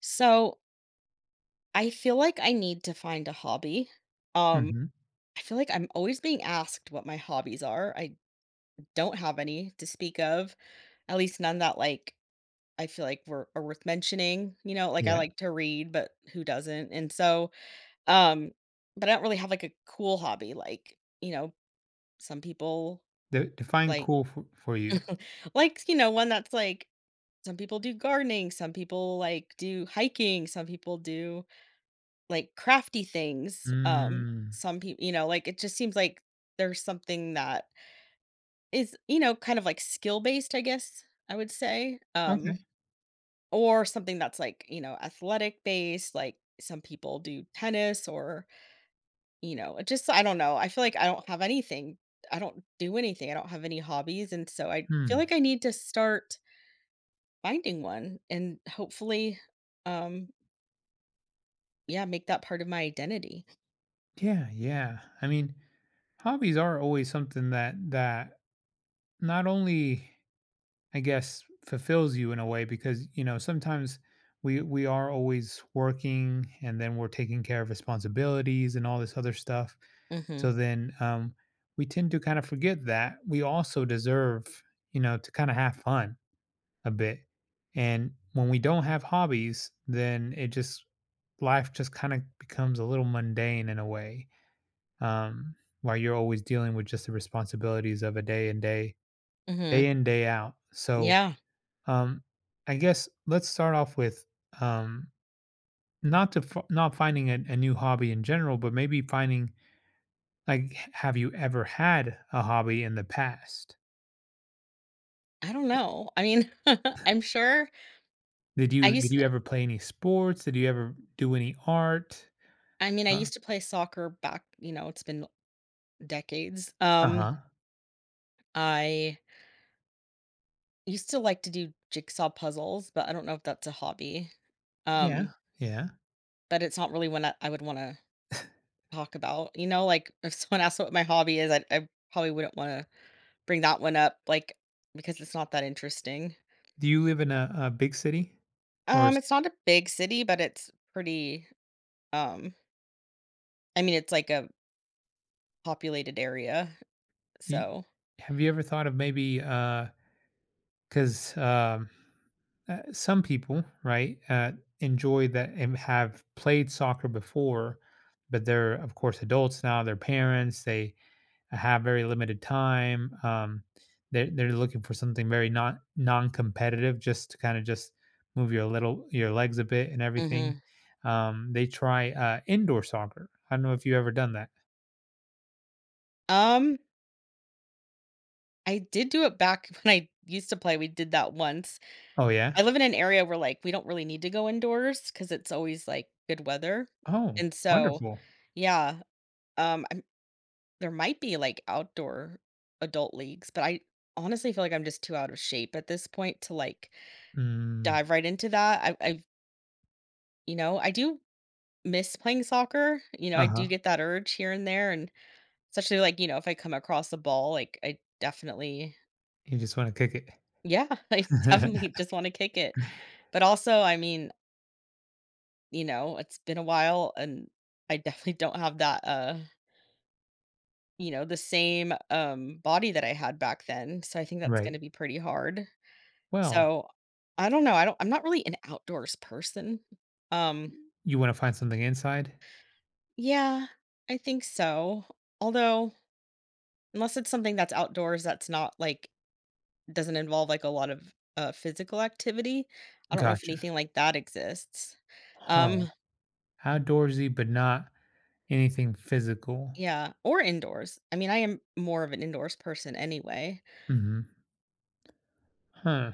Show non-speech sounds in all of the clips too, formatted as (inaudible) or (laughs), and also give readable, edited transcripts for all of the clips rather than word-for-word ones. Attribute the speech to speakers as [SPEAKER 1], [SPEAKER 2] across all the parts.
[SPEAKER 1] So I feel like I need to find a hobby. Um,
[SPEAKER 2] Mhm.
[SPEAKER 1] I feel like I'm always being asked what my hobbies are. I don't have any to speak of, at least none that like I feel like were are worth mentioning. You know, like I
[SPEAKER 2] Yeah.
[SPEAKER 1] like to read, but who doesn't? Um, but I don't really have like a cool hobby. Like you know, some people
[SPEAKER 2] De define
[SPEAKER 1] like
[SPEAKER 2] cool for you.
[SPEAKER 1] like you know one that's like some people do gardening, some people like do hiking, some people do like crafty things.
[SPEAKER 2] Mm,
[SPEAKER 1] Some people, you know, like it just seems like there's something that is, you know, kind of like skill based, I guess I would say. Or something that's like, you know, athletic based, like some people do tennis or, you know, it just, I don't know. I feel like I don't have anything. I don't do anything. I don't have any hobbies. And so I feel
[SPEAKER 2] hmm.
[SPEAKER 1] like I need to start finding one and hopefully, um, yeah, make that part of my identity.
[SPEAKER 2] Yeah, yeah. I mean, hobbies are always something that that not only, I guess, fulfills you in a way because, you know, sometimes we are always working and then we're taking care of responsibilities and all this other stuff.
[SPEAKER 1] hmm
[SPEAKER 2] So then we tend to kind of forget that we also deserve, you know, to kind of have fun a bit. And when we don't have hobbies, then it just life just kind of becomes a little mundane in a way, um, while you're always dealing with just the responsibilities of a day and day, day
[SPEAKER 1] hmm.
[SPEAKER 2] in, day out. So,
[SPEAKER 1] Yeah.
[SPEAKER 2] um, I guess let's start off with um, not to f- not finding a new hobby in general, but maybe finding like, have you ever had a hobby in the past?
[SPEAKER 1] I don't know. I mean, (laughs) I'm sure
[SPEAKER 2] Did
[SPEAKER 1] I
[SPEAKER 2] you did
[SPEAKER 1] used
[SPEAKER 2] you ever play any sports? Did you ever do any art?
[SPEAKER 1] I mean, I
[SPEAKER 2] Uh
[SPEAKER 1] used to play soccer back, you know, it's been decades.
[SPEAKER 2] huh.
[SPEAKER 1] I used to like to do jigsaw puzzles, but I don't know if that's a hobby.
[SPEAKER 2] Yeah.
[SPEAKER 1] Um,
[SPEAKER 2] Yeah.
[SPEAKER 1] but it's not really one I would want to talk about. You know, like if someone (laughs) asks what my hobby is, I probably wouldn't want to bring that one up, like because it's not that interesting.
[SPEAKER 2] Do you live in a big city or
[SPEAKER 1] It's not a big city, but it's pretty. Um, I mean, it's like a populated area,
[SPEAKER 2] Y-
[SPEAKER 1] so.
[SPEAKER 2] Have you ever thought of maybe because um, some people, right, enjoy that and have played soccer before, but they're of course adults now. They're parents. They have very limited time. They're looking for something very not non-competitive, just to kind of just move your legs a bit and everything.
[SPEAKER 1] Mhm.
[SPEAKER 2] They try indoor soccer. I don't know if you ever done that.
[SPEAKER 1] Um, I did do it back (laughs) when I used to play, we did that once.
[SPEAKER 2] Oh yeah.
[SPEAKER 1] I live in an area where, like, we don't really need to go indoors because it's always, like, good weather,
[SPEAKER 2] Oh,
[SPEAKER 1] and so
[SPEAKER 2] wonderful.
[SPEAKER 1] yeah, I'm there might be, like, outdoor adult leagues, but I honestly feel like I'm just too out of shape at this point to, like, dive
[SPEAKER 2] Mm,
[SPEAKER 1] right into that. I You know, I do miss playing soccer, you know, I
[SPEAKER 2] uh-huh.
[SPEAKER 1] do get that urge here and there, and especially, like, you know, if I come across a ball, like, I definitely
[SPEAKER 2] You just wanna kick it.
[SPEAKER 1] Yeah, (laughs) I
[SPEAKER 2] (laughs)
[SPEAKER 1] definitely just wanna kick it. But also, I mean, you know, it's been a while and I definitely don't have that, you know, the same, body that I had back then, so I think that's
[SPEAKER 2] Right.
[SPEAKER 1] gonna be pretty hard.
[SPEAKER 2] Well,
[SPEAKER 1] So, I don't know, I'm not really an outdoors person. Um,
[SPEAKER 2] you wanna find something inside?
[SPEAKER 1] yeah, I think so. Although, unless it's something that's outdoors that's not, like doesn't involve, like, a lot of, physical activity, I don't know if
[SPEAKER 2] Gotcha.
[SPEAKER 1] anything like that exists.
[SPEAKER 2] Huh.
[SPEAKER 1] Um
[SPEAKER 2] Outdoorsy, but not anything physical.
[SPEAKER 1] Yeah, or indoors. I mean, I am more of an indoors person anyway.
[SPEAKER 2] Mhm. Huh.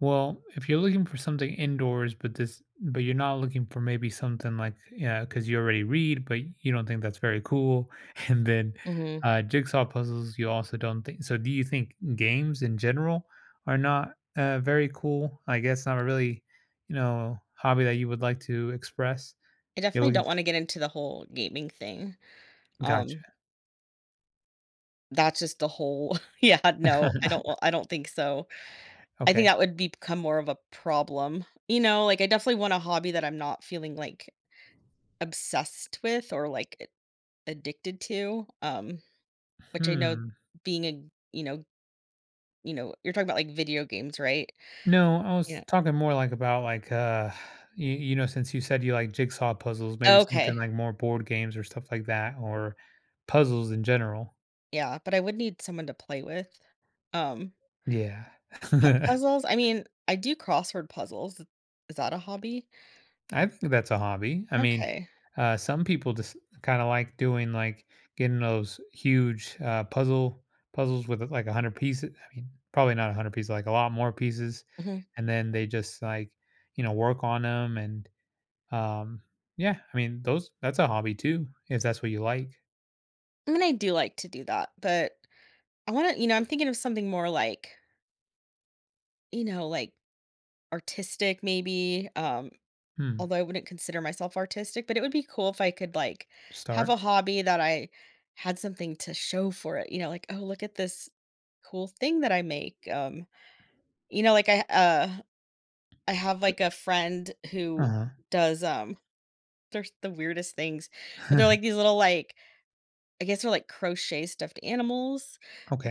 [SPEAKER 2] Well, if you're looking for something indoors, but this, but you're not looking for maybe something like, yeah, because you already read, but you don't think that's very cool, (laughs) and then
[SPEAKER 1] Mhm.
[SPEAKER 2] jigsaw puzzles, you also don't think. So, do you think games in general are not very cool? I guess not a really, you know, hobby that you would like to express.
[SPEAKER 1] I
[SPEAKER 2] You're
[SPEAKER 1] definitely
[SPEAKER 2] looking
[SPEAKER 1] don't
[SPEAKER 2] for.
[SPEAKER 1] wanna get into the whole gaming thing.
[SPEAKER 2] Gotcha.
[SPEAKER 1] Um, that's just the whole (laughs) yeah, no,
[SPEAKER 2] (laughs)
[SPEAKER 1] I don't think so. I think
[SPEAKER 2] Okay.
[SPEAKER 1] that would be become more of a problem. You know, like, I definitely want a hobby that I'm not feeling, like, obsessed with or, like, a addicted to, which I know
[SPEAKER 2] Hmm.
[SPEAKER 1] being a you know you know, you're talking about, like, video games, right?
[SPEAKER 2] No, I was
[SPEAKER 1] Yeah.
[SPEAKER 2] talking more like about you, you know since you said you like jigsaw puzzles, maybe something
[SPEAKER 1] Okay,
[SPEAKER 2] like more board games or stuff like that or puzzles in general.
[SPEAKER 1] yeah, but I would need someone to play with. Um
[SPEAKER 2] Yeah.
[SPEAKER 1] Pu
[SPEAKER 2] (laughs)
[SPEAKER 1] puzzles? I mean, I do crossword puzzles. Is that a hobby?
[SPEAKER 2] I think that's a hobby. I mean,
[SPEAKER 1] Okay.
[SPEAKER 2] some people just kind of like doing like getting those huge puzzles with like 100 pieces. I mean, probably not 100 pieces, like a lot more pieces
[SPEAKER 1] Mhm.
[SPEAKER 2] and then they just like, you know, work on them and Um, yeah, I mean, those that's a hobby too, if that's what you like.
[SPEAKER 1] I mean, I do like to do that, but I wanna you know, I'm thinking of something more like, you know, like, artistic maybe,
[SPEAKER 2] Hmm,
[SPEAKER 1] although I wouldn't consider myself artistic, but it would be cool if I could, like, have a
[SPEAKER 2] start.
[SPEAKER 1] hobby that I had something to show for it, you know, like, "Oh, look at this cool thing that I make." You know, like, I have, like, a friend who
[SPEAKER 2] Uh-huh.
[SPEAKER 1] does, they're s the weirdest things, but they're like
[SPEAKER 2] (laughs)
[SPEAKER 1] these little, like I guess they're like crochet stuffed animals,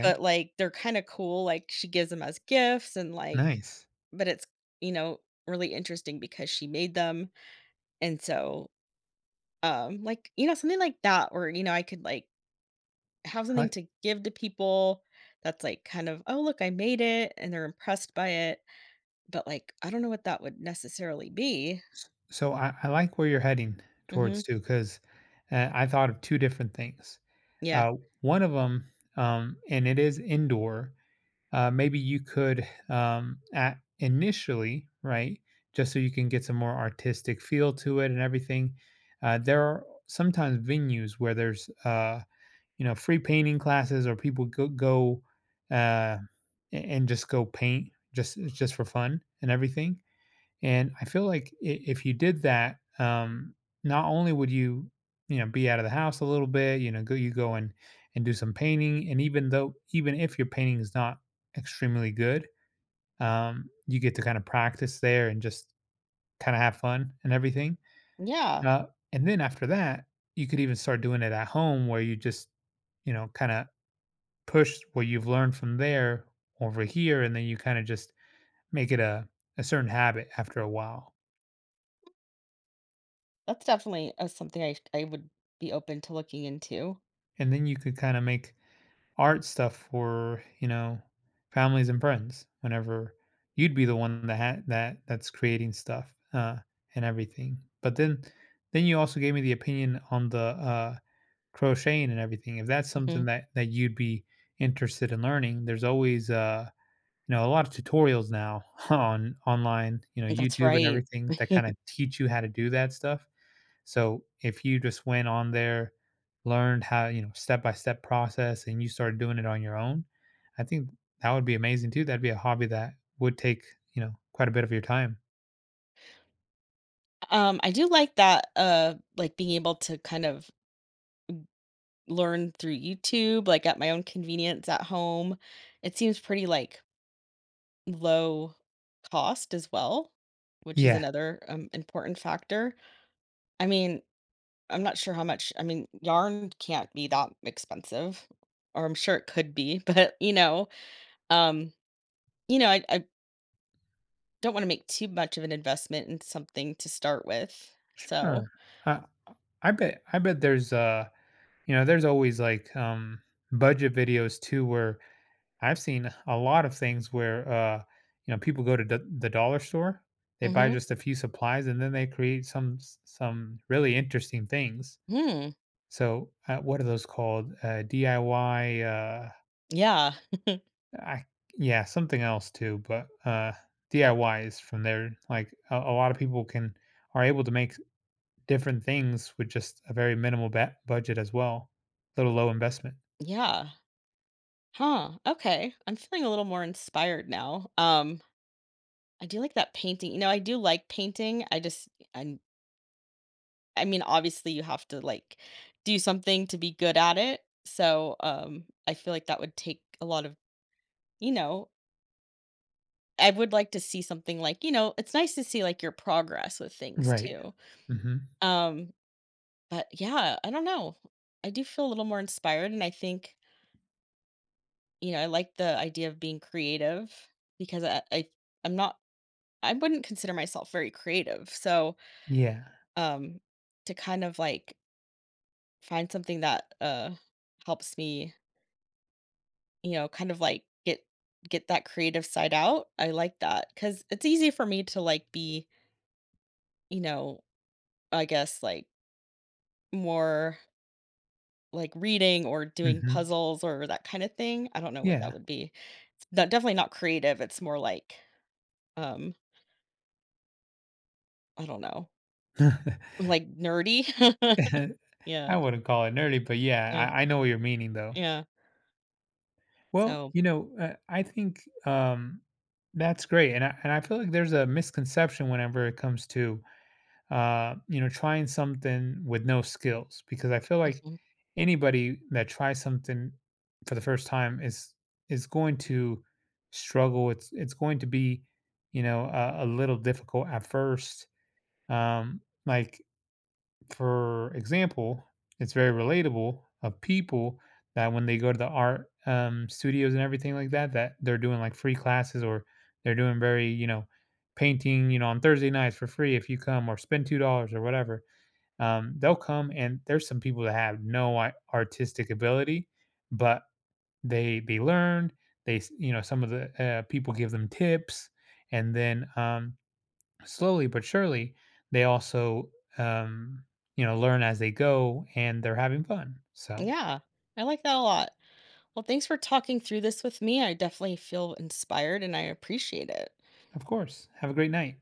[SPEAKER 1] but, like, they're kinda cool, like, she gives them as gifts and, like
[SPEAKER 2] nice.
[SPEAKER 1] but it's, you know, really interesting because she made them, and so, like, you know, something like that or you know, I could, like, have
[SPEAKER 2] I
[SPEAKER 1] something
[SPEAKER 2] like
[SPEAKER 1] to give to people that's, like, kind of, "Oh, look, I made it," and they're impressed by it, but, like, I don't know what that would necessarily be.
[SPEAKER 2] s So I like where you're heading towards
[SPEAKER 1] Mhm.
[SPEAKER 2] too, 'cause, I thought of 2 different things.
[SPEAKER 1] Yeah.
[SPEAKER 2] Uh, One of them. And it is indoor, maybe you could, at initially, right, just so you can get some more artistic feel to it and everything, there are sometimes venues where there's, you know, free painting classes or people go go, a and just go paint just for fun and everything, and I feel like I if you did that, not only would you, you know, be out of the house a little bit, you know, go you go and do some painting, and even if your painting is not extremely good, you get to kinda practice there and just kinda have fun and everything,
[SPEAKER 1] Yeah.
[SPEAKER 2] uh, and then after that, you could even start doing it at home where you just, you know, kinda push what you've learned from there over here, and then you kind of just make it a certain habit after a while.
[SPEAKER 1] That's definitely, something I would be open to looking into.
[SPEAKER 2] And then you could kind of make art stuff for, you know, families and friends whenever you'd be the one that that that's creating stuff and everything. But then you also gave me the opinion on the crocheting and everything. If that's
[SPEAKER 1] Mhm.
[SPEAKER 2] something that that you'd be interested in learning, there's always you know, a lot of tutorials now (laughs) on online, you know,
[SPEAKER 1] That's
[SPEAKER 2] YouTube and
[SPEAKER 1] right.
[SPEAKER 2] everything that kinda
[SPEAKER 1] (laughs)
[SPEAKER 2] teach you how to do that stuff. So, if you just went on there, learned how, you know, step-by-step process and you started doing it on your own, I think that would be amazing too. That'd be a hobby that would take, you know, quite a bit of your time.
[SPEAKER 1] I do like that, like, being able to kind of learn through YouTube, like, at my own convenience at home. It seems pretty, like, low cost as well, which is
[SPEAKER 2] Yeah,
[SPEAKER 1] another, important factor. I mean, I'm not sure how much I mean, yarn can't be that expensive, or I'm sure it could be, (laughs) but, um, you know, I don't wanna make too much of an investment in something to start with,
[SPEAKER 2] sure.
[SPEAKER 1] so
[SPEAKER 2] Uh, I bet there's, you know, there's always, like, budget videos too where I've seen a lot of things where, you know, people go to the dollar store, they buy
[SPEAKER 1] Mhm.
[SPEAKER 2] just a few supplies, and then they create some really interesting things.
[SPEAKER 1] Hmm.
[SPEAKER 2] So, what are those called? DIY.
[SPEAKER 1] Yeah.
[SPEAKER 2] I yeah, something else too, but DIY is from there. Like a lot of people can are able to make different things with just a very minimal budget as well, little low investment.
[SPEAKER 1] Yeah. Huh, okay. I'm feeling a little more inspired now. I do like that painting, you know, I do like painting, I just I I mean, obviously, you have to, like, do something to be good at it, so, I feel like that would take a lot of you know, I would like to see something like you know, it's nice to see, like, your progress with things
[SPEAKER 2] Right.
[SPEAKER 1] too.
[SPEAKER 2] Hmm.
[SPEAKER 1] Um But yeah, I don't know. I do feel a little more inspired, and I think you know I like the idea of being creative because I'm not I wouldn't consider myself very creative. So
[SPEAKER 2] Yeah.
[SPEAKER 1] um, to kind of like find something that helps me, you know, kind of like get that creative side out. I like that because it's easy for me to like be you know I guess like more like reading or doing
[SPEAKER 2] Hmm.
[SPEAKER 1] puzzles or that kind of thing. I don't know what that
[SPEAKER 2] Yeah.
[SPEAKER 1] would be not definitely not creative, it's more like, um, I don't know,
[SPEAKER 2] (laughs)
[SPEAKER 1] like nerdy. (laughs)
[SPEAKER 2] (laughs) I
[SPEAKER 1] Yeah,
[SPEAKER 2] wouldn't call it nerdy, but
[SPEAKER 1] yeah,
[SPEAKER 2] yeah, I know what you're meaning though.
[SPEAKER 1] yeah.
[SPEAKER 2] Well,
[SPEAKER 1] So
[SPEAKER 2] you know, I think that's great, and I feel like there's a misconception whenever it comes to you know trying something with no skills because I feel like
[SPEAKER 1] mhm.
[SPEAKER 2] anybody that tries something for the first time is going to struggle. It's going to be you know a little difficult at first. Like for example, it's very relatable of people that when they go to the art studios and everything like that, that they're doing like free classes or they're doing very, you know, painting, you know, on Thursday nights for free if you come or spend $2 or whatever. They'll come and there's some people that have no artistic ability, but they learned. You know some of the people give them tips, and then slowly but surely, they also, um, you know, learn as they go and they're having fun. So,
[SPEAKER 1] Yeah, I like that a lot. Well, thanks for talking through this with me, I definitely feel inspired and I appreciate it.
[SPEAKER 2] of course, have a great night.